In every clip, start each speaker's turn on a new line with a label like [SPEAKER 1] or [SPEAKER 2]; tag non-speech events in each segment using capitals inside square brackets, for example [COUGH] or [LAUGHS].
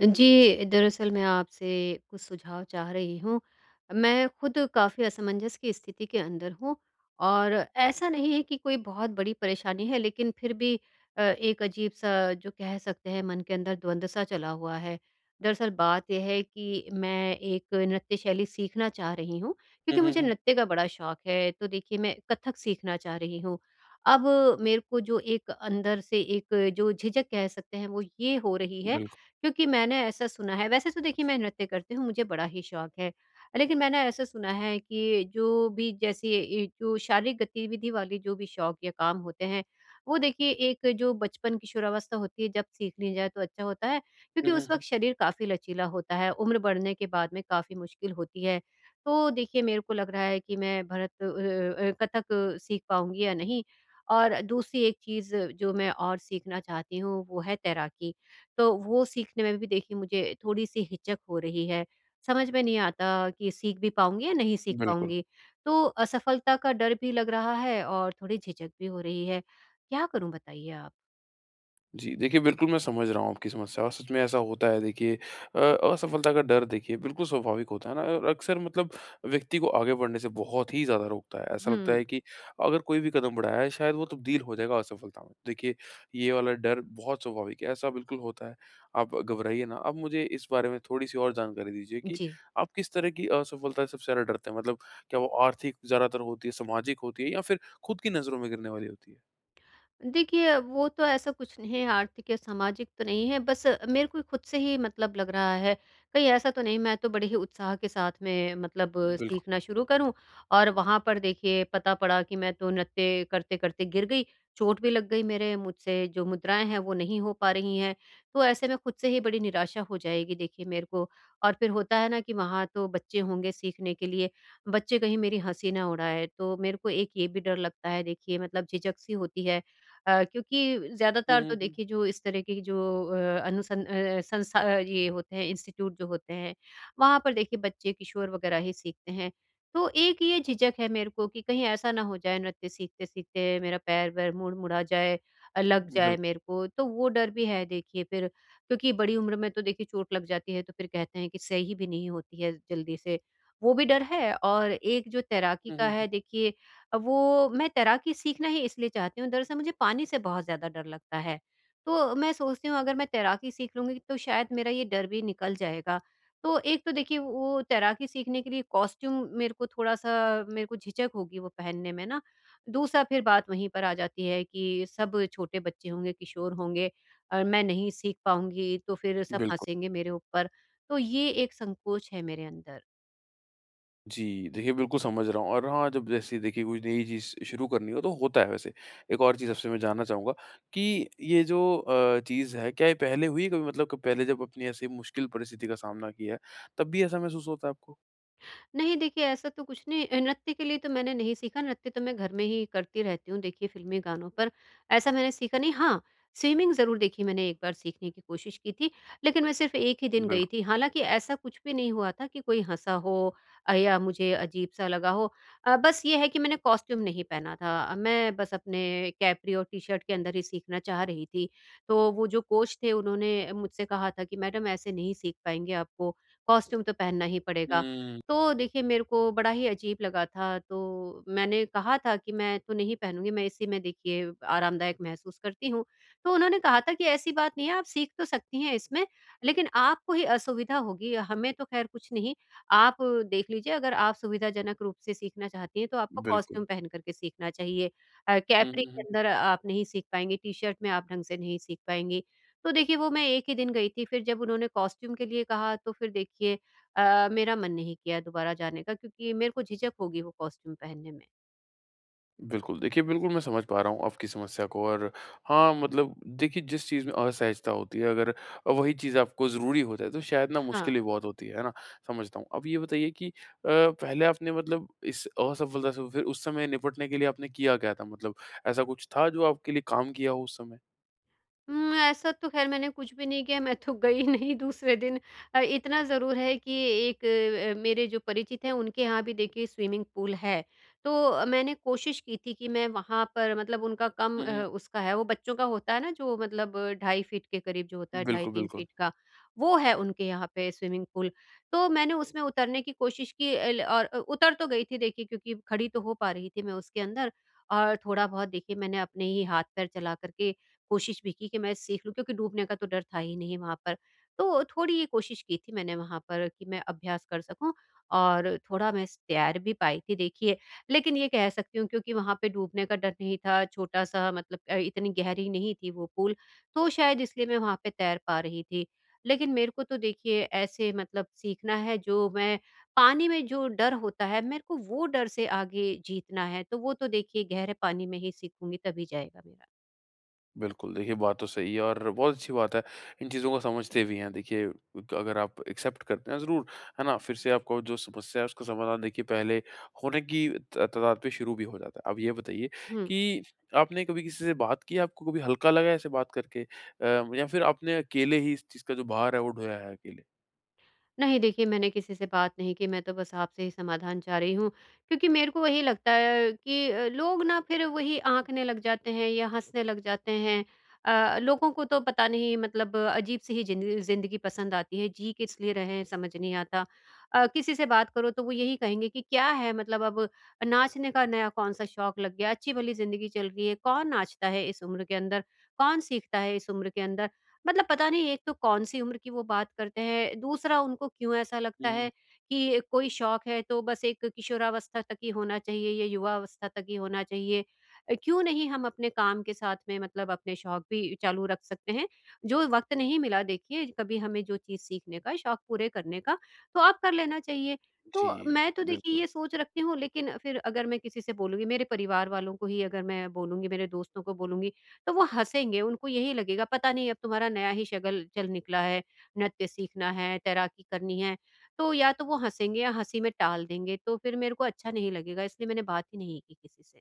[SPEAKER 1] जी, दरअसल मैं आपसे कुछ सुझाव चाह रही हूँ। मैं खुद काफ़ी असमंजस की स्थिति के अंदर हूँ और ऐसा नहीं है कि कोई बहुत बड़ी परेशानी है, लेकिन फिर भी एक अजीब-सा जो कह सकते हैं मन के अंदर द्वंद-सा चला हुआ है। दरअसल बात ये है कि मैं एक नृत्य शैली सीखना चाह रही हूँ,
[SPEAKER 2] हुँ,
[SPEAKER 1] क्योंकि
[SPEAKER 2] हुँ,
[SPEAKER 1] मुझे
[SPEAKER 2] हुँ।
[SPEAKER 1] नृत्य का बड़ा शौक है, तो देखिए मैं कथक सीखना चाह रही हूँ। अब मेरे को जो एक अंदर से एक जो झिझक कह सकते हैं वो ये हो रही है
[SPEAKER 2] बिल्कुल।
[SPEAKER 1] क्योंकि मैंने ऐसा सुना है वैसे तो देखिए मैं नृत्य करती हूँ, मुझे बड़ा ही शौक है। लेकिन मैंने ऐसा सुना है कि जो भी जैसे ये जो शारीरिक गतिविधि वाले जो भी शौक या काम होते हैं, वो देखिए एक जो बचपन किशोरावस्था होती है जब सीख ली जाए तो अच्छा होता है,
[SPEAKER 2] हुँ,
[SPEAKER 1] क्योंकि
[SPEAKER 2] हुँ,
[SPEAKER 1] उस
[SPEAKER 2] हुँ।
[SPEAKER 1] वक़्त शरीर काफ़ी लचीला होता है, उम्र बढ़ने के बाद में काफ़ी मुश्किल होती है। तो देखिए मेरे को लग रहा है कि मैं कथक सीख पाऊँगी या नहीं? और दूसरी एक चीज़ जो मैं और सीखना चाहती हूँ वो है तैराकी। तो वो सीखने में भी देखिए मुझे थोड़ी-सी हिचक हो रही है। समझ में नहीं आता कि सीख भी पाऊँगी या नहीं सीख
[SPEAKER 2] बिल्कुल।
[SPEAKER 1] पाऊँगी। तो असफलता का डर भी लग रहा है और थोड़ी झिझक भी हो रही है। क्या करूँ बताइए आप?
[SPEAKER 2] जी, देखिए बिल्कुल मैं समझ रहा हूँ आपकी समस्या और सच में ऐसा होता है देखिए अ, असफलता का डर देखिए बिल्कुल स्वाभाविक होता है ना और अक्सर मतलब व्यक्ति को आगे बढ़ने से बहुत ही ज़्यादा रोकता है। ऐसा लगता
[SPEAKER 1] हुँ,
[SPEAKER 2] है कि अगर कोई भी कदम बढ़ाया है शायद वो तब्दील हो जाएगा असफलता में। देखिए ये वाला डर बहुत स्वाभाविक है, ऐसा बिल्कुल होता है। आप घबराइए ना। आप मुझे इस बारे में थोड़ी-सी और जानकारी दीजिए कि
[SPEAKER 1] जी।
[SPEAKER 2] आप किस तरह की असफलता से सबसे ज़्यादा डरते हैं? मतलब क्या वो आर्थिक ज़्यादातर होती है, सामाजिक होती है या फिर खुद की नज़रों में गिरने वाली होती है?
[SPEAKER 1] देखिए, वो तो ऐसा कुछ नहीं है, आर्थिक या सामाजिक तो नहीं है, बस मेरे को खुद से ही मतलब लग रहा है, कहीं ऐसा तो नहीं मैं तो बड़े ही उत्साह के साथ में मतलब
[SPEAKER 2] बिल्कुल।
[SPEAKER 1] सीखना शुरू करूँ और वहाँ पर देखिए पता पड़ा कि मैं तो नृत्य करते-करते गिर गई, चोट भी लग गई मेरे मुझसे जो मुद्राएँ हैं वो नहीं हो पा रही हैं, तो ऐसे में खुद से ही बड़ी निराशा हो जाएगी देखिए मेरे को और फिर होता है ना कि वहाँ तो बच्चे होंगे सीखने के लिए, बच्चे कहीं मेरी हँसी ना उड़ाएँ, तो मेरे को एक ये भी डर लगता है देखिए मतलब झिझक सी होती है क्योंकि
[SPEAKER 2] हुँ,
[SPEAKER 1] ज़्यादातर
[SPEAKER 2] हुँ,
[SPEAKER 1] तो
[SPEAKER 2] हुँ।
[SPEAKER 1] देखिए जो इस तरह के जो संस्था ये होते हैं इंस्टीट्यूट जो होते हैं, वहाँ पर देखिए बच्चे किशोर वगैरह ही सीखते हैं। तो एक ये झिझक है मेरे को कि कहीं ऐसा ना हो जाए नृत्य सीखते-सीखते मेरा पैर-वैर मुड़-मुड़ा जाए लग
[SPEAKER 2] बिल।
[SPEAKER 1] जाए मेरे को, तो वो डर भी है देखिए फिर क्योंकि बड़ी उम्र में तो देखिए चोट लग जाती है, तो फिर कहते हैं कि सही भी नहीं होती है जल्दी से, वो भी डर है और एक जो तैराकी
[SPEAKER 2] हुँ,
[SPEAKER 1] का
[SPEAKER 2] हुँ, हुँ।
[SPEAKER 1] है देखिए वो मैं तैराकी सीखना ही इसलिए चाहती हूँ, दरअसल मुझे पानी से बहुत ज़्यादा डर लगता है। तो मैं सोचती हूँ अगर मैं तैराकी सीख लूँगी तो शायद मेरा ये डर भी निकल जाएगा। तो एक तो देखिए वो तैराकी सीखने के लिए कॉस्ट्यूम मेरे को थोड़ा-सा मेरे को झिझक होगी वो पहनने में ना। दूसरा फिर बात वहीं पर आ जाती है कि सब छोटे बच्चे होंगे, किशोर होंगे और मैं नहीं सीख पाऊँगी तो फिर सब
[SPEAKER 2] बिल्कुल।
[SPEAKER 1] हँसेंगे मेरे ऊपर। तो ये एक संकोच है मेरे अंदर।
[SPEAKER 2] जी, देखिए बिल्कुल समझ रहा हूँ और हाँ, जब जैसे देखिए कोई नई चीज़ शुरू करनी हो तो होता है वैसे। एक और चीज़ आपसे मैं जानना चाहूँगा कि ये जो चीज़ है क्या ये पहले हुई है कभी मतलब क पहले जब अपनी ऐसी मुश्किल परिस्थिति का सामना किया है, तब भी ऐसा महसूस होता है आपको?
[SPEAKER 1] नहीं देखिए, ऐसा तो कुछ नहीं नृत्य के लिए तो मैंने नहीं सीखा, नृत्य तो मैं घर में ही करती रहती हूँ देखिए फ़िल्मी गानों पर, ऐसा मैंने सीखा नहीं। हाँ, स्विमिंग ज़रूर देखिए मैंने एक बार सीखने की कोशिश की थी, लेकिन मैं सिर्फ़ 1 ही दिन गई
[SPEAKER 2] बिल्कुल।
[SPEAKER 1] थी। हालाँकि ऐसा कुछ भी नहीं हुआ था कि कोई हँसा हो या मुझे अजीब-सा लगा हो। बस ये है कि मैंने कॉस्ट्यूम नहीं पहना था, मैं बस अपने कैपरी और टी-शर्ट के अंदर ही सीखना चाह रही थी। तो वो जो कोच थे उन्होंने मुझसे कहा था कि मैडम ऐसे नहीं सीख पाएँगे, आपको कॉस्ट्यूम तो पहनना ही पड़ेगा।
[SPEAKER 2] हुँ।
[SPEAKER 1] तो देखिए मेरे को बड़ा ही अजीब लगा था, तो मैंने कहा था कि मैं तो नहीं पहनूँगी, मैं इसी में देखिए आरामदायक महसूस करती हूँ। तो उन्होंने कहा था कि ऐसी बात नहीं है, आप सीख तो सकती हैं इसमें, लेकिन आपको ही असुविधा होगी, हमें तो खैर कुछ नहीं। आप देख लीजिए अगर आप सुविधाजनक रूप से सीखना चाहती हैं, तो आपको
[SPEAKER 2] बिल्कुल।
[SPEAKER 1] कॉस्ट्यूम पहन कर के सीखना चाहिए।
[SPEAKER 2] हुँ,
[SPEAKER 1] कैपरी
[SPEAKER 2] हुँ,
[SPEAKER 1] के
[SPEAKER 2] हुँ।
[SPEAKER 1] अंदर आप नहीं सीख पाएँगी, टी-शर्ट में आप ढंग से नहीं सीख पाएँगी। तो देखिए वो मैं एक ही दिन गई थी, फिर जब उन्होंने कॉस्ट्यूम के लिए कहा, तो फिर देखिए मेरा मन नहीं किया दोबारा जाने का क्योंकि मेरे को झिझक होगी वो कॉस्ट्यूम पहनने में।
[SPEAKER 2] बिल्कुल, देखिए बिल्कुल मैं समझ पा रहा हूँ आपकी समस्या को और हाँ, मतलब देखिए जिस चीज़ में असहजता होती है अगर वही चीज़ आपको ज़रूरी हो जाए तो शायद ना मुश्किल
[SPEAKER 1] हाँ।
[SPEAKER 2] भी बहुत होती है ना? समझता हूँ। अब ये बताइए कि पहले आपने मतलब इस असफलता से फिर उस समय निपटने के लिए आपने किया क्या था? मतलब ऐसा कुछ था जो आपके लिए काम किया हो उस समय?
[SPEAKER 1] ऐसा तो ख़ैर मैंने कुछ भी नहीं किया, मैं तो गई नहीं दूसरे दिन। इतना ज़रूर है कि एक मेरे जो परिचित हैं उनके यहाँ भी देखिए स्विमिंग पूल है। तो मैंने कोशिश की थी कि मैं वहाँ पर मतलब
[SPEAKER 2] हुँ, हुँ।
[SPEAKER 1] उसका है, वो बच्चों का होता है ना जो मतलब ढाई फ़ीट के करीब जो होता है, ढाई
[SPEAKER 2] बिल्कुल,
[SPEAKER 1] 3
[SPEAKER 2] बिल्कुल।
[SPEAKER 1] फ़ीट का, वो है उनके यहाँ पे स्विमिंग पूल। तो मैंने उसमें उतरने की कोशिश की एल और अ, उतर तो गई थी देखिए क्योंकि खड़ी तो हो पा रही थी मैं उसके अंदर और थोड़ा-बहुत देखिए मैंने अपने ही हाथ-पैर चला कर के कोशिश भी की कि मैं सीख लूँ क्योंकि डूबने का तो डर था ही नहीं वहाँ पर। तो थोड़ी ये कोशिश की थी मैंने वहाँ पर कि मैं अभ्यास कर सकूँ और थोड़ा मैं स तैर भी पाई थी देखिए। लेकिन ये कह सकती हूँ क्योंकि वहाँ पे डूबने का डर नहीं था, छोटा-सा मतलब इतनी गहरी नहीं थी वो पूल, तो शायद इसलिए मैं वहाँ पे तैर पा रही थी। लेकिन मेरे को तो देखिए ऐसे मतलब सीखना है जो मैं पानी में जो डर होता है मेरे को वो डर से आगे जीतना है, तो वो तो देखिए गहरे पानी में ही सीखूँगी तभी जाएगा मेरा।
[SPEAKER 2] बिल्कुल, देखिए बात तो सही है और बहुत अच्छी बात है, इन चीज़ों को समझते भी हैं। देखिए क अगर आप एक्सेप्ट करते हैं ज़रूर, है ना? फिर से आपको जो समस्या है उसका समाधान देखिए पहले होने की त तादाद पे शुरू भी हो जाता है। अब ये बताइए
[SPEAKER 1] हुँ।
[SPEAKER 2] कि आपने कभी किसी से बात की है, आपको कभी हल्का लगा ऐसे बात करके? या फिर आपने अकेले ही इस चीज़ का जो भार है वो ढोया है अकेले?
[SPEAKER 1] नहीं देखिए मैंने किसी से बात नहीं की, मैं तो बस आपसे ही समाधान चाह रही हूँ। क्योंकि मेरे को वही लगता है कि लोग ना फिर वही आँकने लग जाते हैं या हँसने लग जाते हैं। लोगों को तो पता नहीं मतलब अजीब-सी ही जिंद ज़िंदगी पसंद आती है, जी किस लिए रहे हैं समझ नहीं आता। किसी से बात करो तो वो यही कहेंगे कि क्या है मतलब अब नाचने का नया कौन-सा शौक लग गया, अच्छी-भली ज़िंदगी चल रही है, कौन नाचता है इस उम्र के अंदर? कौन सीखता है इस उम्र के अंदर? मतलब पता नहीं एक तो कौन-सी उम्र की वो बात करते हैं, दूसरा उनको क्यों ऐसा
[SPEAKER 2] हुँ,
[SPEAKER 1] लगता
[SPEAKER 2] हुँ।
[SPEAKER 1] है कि कोई शौक है तो बस एक किशोरावस्था तक ही होना चाहिए या युवावस्था तक ही होना चाहिए। क्यों नहीं हम अपने काम के साथ में मतलब अपने शौक भी चालू रख सकते हैं? जो वक़्त नहीं मिला देखिए कभी हमें जो चीज़ सीखने का, शौक पूरे करने का, तो अब कर लेना चाहिए।
[SPEAKER 2] जी,
[SPEAKER 1] तो मैं तो देखिए
[SPEAKER 2] बिल्कुल।
[SPEAKER 1] ये सोच रखती हूँ लेकिन फिर अगर मैं किसी से बोलूँगी, मेरे परिवार वालों को ही अगर मैं बोलूँगी, मेरे दोस्तों को बोलूँगी तो वो हँसेंगे, उनको यही लगेगा पता नहीं अब तुम्हारा नया ही शगल चल निकला है, नृत्य सीखना है, तैराकी करनी है। तो या तो वो हँसेंगे या हँसी में टाल देंगे, तो फिर मेरे को अच्छा नहीं लगेगा इसलिए मैंने बात ही नहीं की किसी से।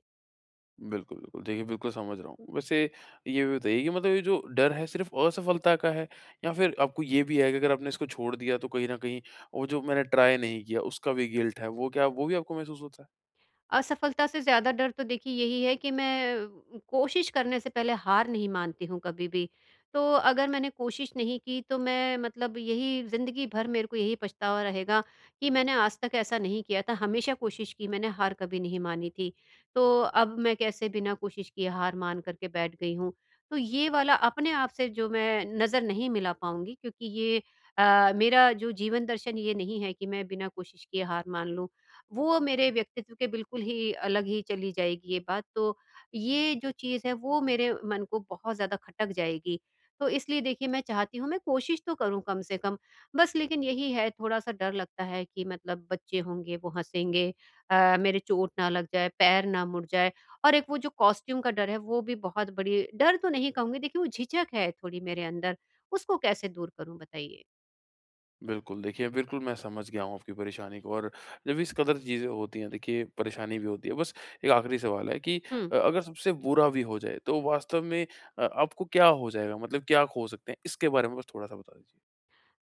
[SPEAKER 2] बिल्कुल, बिल्कुल। देखिए, बिल्कुल समझ रहा हूँ। वैसे ये भी बताइए कि मतलब ये जो डर है सिर्फ़ असफलता का है या फिर आपको ये भी है कि अगर आपने इसको छोड़ दिया तो कहीं न कहीं वो जो मैंने ट्राई नहीं किया उसका भी गिल्ट है, वो क्या वो भी आपको महसूस होता है?
[SPEAKER 1] असफलता से ज़्यादा डर तो देखिए यही है कि मैं कोशिश करने से पहले हार नहीं मानती हूँ कभी भी। तो अगर मैंने कोशिश नहीं की तो मैं मतलब यही ज़िंदगी भर मेरे को यही पछतावा रहेगा कि मैंने आज तक ऐसा नहीं किया था, हमेशा कोशिश की मैंने हार कभी नहीं मानी थी। तो अब मैं कैसे बिना कोशिश किए हार मान कर के बैठ गई हूँ। तो ये वाला अपने आप से जो मैं नज़र नहीं मिला पाऊँगी क्योंकि ये मेरा जो जीवन दर्शन ये नहीं है कि मैं बिना कोशिश किए हार मान लूँ। वो मेरे व्यक्तित्व के बिल्कुल ही अलग ही चली जाएगी ये बात, तो ये जो चीज़ है वो मेरे मन को बहुत ज़्यादा खटक जाएगी। तो इसलिए देखिए मैं चाहती हूँ मैं कोशिश तो करूँ कम से कम, बस लेकिन यही है थोड़ा-सा डर लगता है कि मतलब बच्चे होंगे वो हँसेंगे मेरे चोट ना लग जाए, पैर ना मुड़ जाए और एक वो जो कॉस्ट्यूम का डर है वो भी बहुत बड़ी डर तो नहीं कहूँगी देखिए वो झिझक है थोड़ी मेरे अंदर, उसको कैसे दूर करूँ बताइए?
[SPEAKER 2] बिल्कुल, देखिए बिल्कुल मैं समझ गया हूँ आपकी परेशानी को और जब इस कदर चीज़ें होती हैं देखिए परेशानी भी होती है। बस एक आखिरी सवाल है कि
[SPEAKER 1] हुँ।
[SPEAKER 2] अगर सबसे बुरा भी हो जाए तो वास्तव में आपको क्या हो जाएगा? मतलब क्या खो सकते हैं? इसके बारे में बस थोड़ा-सा बता दीजिए।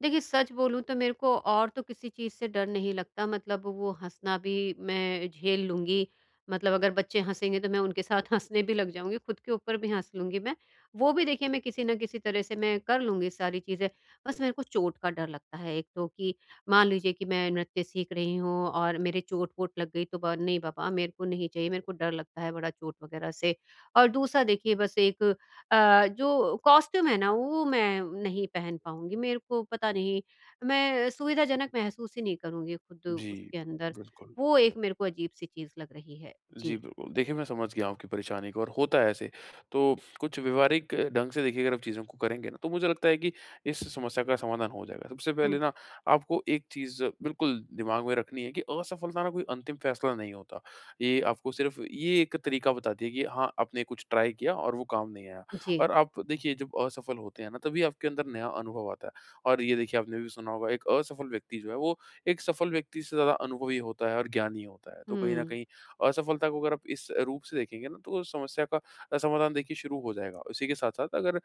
[SPEAKER 1] देखिए, सच बोलूँ तो मेरे को और तो किसी चीज़ से डर नहीं लगता मतलब वो हँसना भी मैं झेल लूँगी। मतलब अगर बच्चे हँसेंगे तो मैं उनके साथ [LAUGHS] हँसने भी लग जाऊँगी, खुद के ऊपर भी हँस लूँगी मैं। वो भी देखिए मैं किसी न किसी तरह से मैं कर लूँगी सारी चीज़ें। बस मेरे को चोट का डर लगता है एक तो कि मान लीजिए कि मैं नृत्य सीख रही हूँ और मेरे चोट-वोट लग गई तो ब नहीं बाबा मेरे को नहीं चाहिए, मेरे को डर लगता है बड़ा चोट वग़ैरह से। और दूसरा देखिए बस एक जो कॉस्ट्यूम है ना वो मैं नहीं पहन पाऊँगी। मेरे को पता नहीं मैं सुविधाजनक महसूस ही नहीं करूँगी खुद
[SPEAKER 2] जी,
[SPEAKER 1] उसके अंदर।
[SPEAKER 2] बिल्कुल।
[SPEAKER 1] वो एक मेरे को अजीब-सी चीज़ लग रही है।
[SPEAKER 2] जी,
[SPEAKER 1] जी।
[SPEAKER 2] बिल्कुल। देखिए, मैं समझ गया हूँ आपकी परेशानी को और होता है ऐसे। तो कुछ व्यवहारिक ढंग से देखिए अगर आप चीज़ों को करेंगे ना, तो मुझे लगता है कि इस समस्या का समाधान हो जाएगा। सबसे
[SPEAKER 1] हुँ।
[SPEAKER 2] पहले ना आपको एक चीज़ बिल्कुल दिमाग में रखनी है कि असफलता ना कोई अंतिम फैसला नहीं होता। ये आपको सिर्फ़ ये एक तरीका बताती है कि हाँ, आपने कुछ ट्राई किया और वो काम नहीं आया।
[SPEAKER 1] जी।
[SPEAKER 2] और आप देखिए जब असफल होते हैं ना, तभी आपके अंदर नया अनुभव आता है। और ये देखिए आपने भी सुना होगा एक असफल व्यक्ति जो है, वो एक सफल व्यक्ति से ज़्यादा अनुभवी होता है और ज्ञानी होता है। तो कहीं न
[SPEAKER 1] हुँ।
[SPEAKER 2] कहीं असफलता को अगर आप इस रूप से देखेंगे ना तो समस्या का समाधान देखिए शुरू हो जाएगा। उसी के साथ-साथ अगर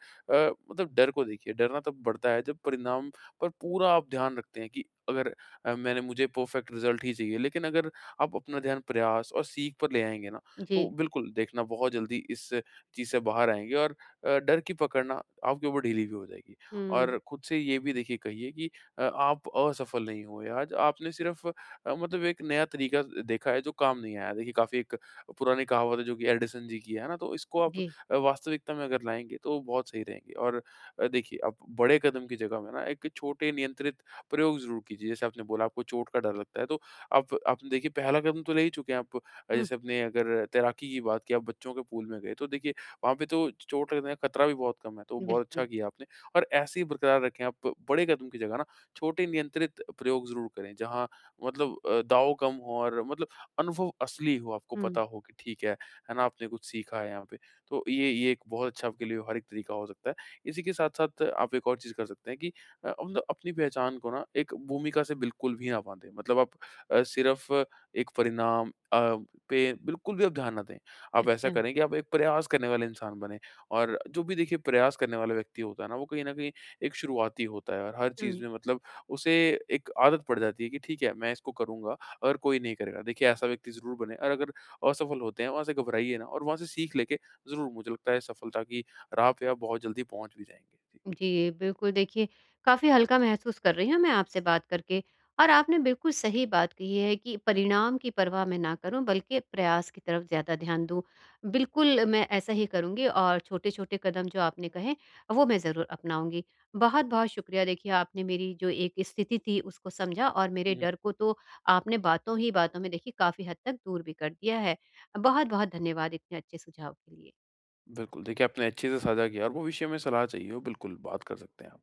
[SPEAKER 2] मतलब डर को देखिए, डरना तब बढ़ता है जब परिणाम पर पूरा आप ध्यान रखते हैं कि अगर मैंने मुझे परफेक्ट रिज़ल्ट ही चाहिए, लेकिन अगर आप अपना ध्यान प्रयास और सीख पर ले आएँगे ना, तो
[SPEAKER 1] जी।
[SPEAKER 2] बिल्कुल देखना बहुत जल्दी इस चीज़ से बाहर आएँगे और डर की पकड़ ना आपके ऊपर ढीली भी हो जाएगी। और
[SPEAKER 1] हुँ।
[SPEAKER 2] खुद से ये भी देखिए कहिए कि आप असफल नहीं हुए आज, आपने सिर्फ़ मतलब एक नया तरीका देखा है जो काम नहीं आया। देखिए काफ़ी एक पुरानी कहावत है जो कि एडिसन जी की है ना, तो इसको आप
[SPEAKER 1] जी।
[SPEAKER 2] वास्तविकता में अगर लाएँगे तो बहुत सही रहेंगे। और देखिए आप बड़े कदम की जगह में ना एक छोटे नियंत्रित प्रयोग ज़रूर कीजिए। जैसे आपने बोला आपको चोट का डर लगता है तो आप आपने देखिए पहला कदम तो ले ही चुके हैं आप।
[SPEAKER 1] हुँ।
[SPEAKER 2] जैसे आपने अगर तैराकी की बात की आप बच्चों के पूल में गए तो देखिए वहाँ पे तो चोट लगने का खतरा भी बहुत कम है तो बहुत अच्छा
[SPEAKER 1] बिल्कुल।
[SPEAKER 2] किया आपने। और ऐसे ही बरकरार रखें आप बड़े कदम की जगह ना छोटे नियंत्रित प्रयोग ज़रूर करें। जहाँ मतलब दाव कम हो और मतलब अनुभव असली हो, आपको पता
[SPEAKER 1] हुँ।
[SPEAKER 2] हो कि ठीक है ना? आपने कुछ सीखा है यहाँ पे। तो ये एक बहुत अच्छा आपके लिए व्यवहारिक तरीका हो सकता है। इसी के साथ-साथ आप एक और चीज़ कर सकते हैं कि मतलब अपनी पहचान को ना एक भूमिका से बिल्कुल भी ना बाँधें। मतलब आप सिर्फ़ एक परिणाम पे बिल्कुल भी आप ध्यान ना दें। आप ऐसा
[SPEAKER 1] अच्छा।
[SPEAKER 2] करें कि आप एक प्रयास करने वाले इंसान बनें और जो भी देखिए प्रयास करने वाला व्यक्ति होता है ना, वो कहीं न कहीं एक शुरुआती होता है और हर चीज़
[SPEAKER 1] हुँ।
[SPEAKER 2] में मतलब उसे एक आदत पड़ जाती है कि ठीक है, मैं इसको करूँगा, अगर कोई नहीं करेगा। देखिए, ऐसा व्यक्ति ज़रूर बने और अगर असफल होते हैं, वहाँ से घबराइए ना और वहाँ से सीख लेके ज़रूर मुझे लगता है सफलता की राह पे आप बहुत जल्दी पहुँच भी जाएँगे। जी।
[SPEAKER 1] जी, बिल्कुल देखिए, काफ़ी हल्का महसूस कर रही हूँ मैं आपसे बात करके और आपने बिल्कुल सही बात कही है कि परिणाम की परवाह मैं ना करूँ बल्कि प्रयास की तरफ ज़्यादा ध्यान दूँ। बिल्कुल मैं ऐसा ही करूँगी और छोटे-छोटे कदम जो आपने कहे वो मैं ज़रूर अपनाऊँगी। बहुत-बहुत शुक्रिया देखिए आपने मेरी जो एक स्थिति थी उसको समझा और मेरे
[SPEAKER 2] हुँ,
[SPEAKER 1] डर को तो आपने बातों ही बातों में देखिए काफ़ी हद तक दूर भी कर दिया है। बहुत-बहुत धन्यवाद इतने अच्छे सुझाव के लिए।
[SPEAKER 2] बिल्कुल। देखिए, आपने अच्छे से साझा किया और भविष्य में सलाह चाहिए हो, बिल्कुल बात कर सकते हैं आप।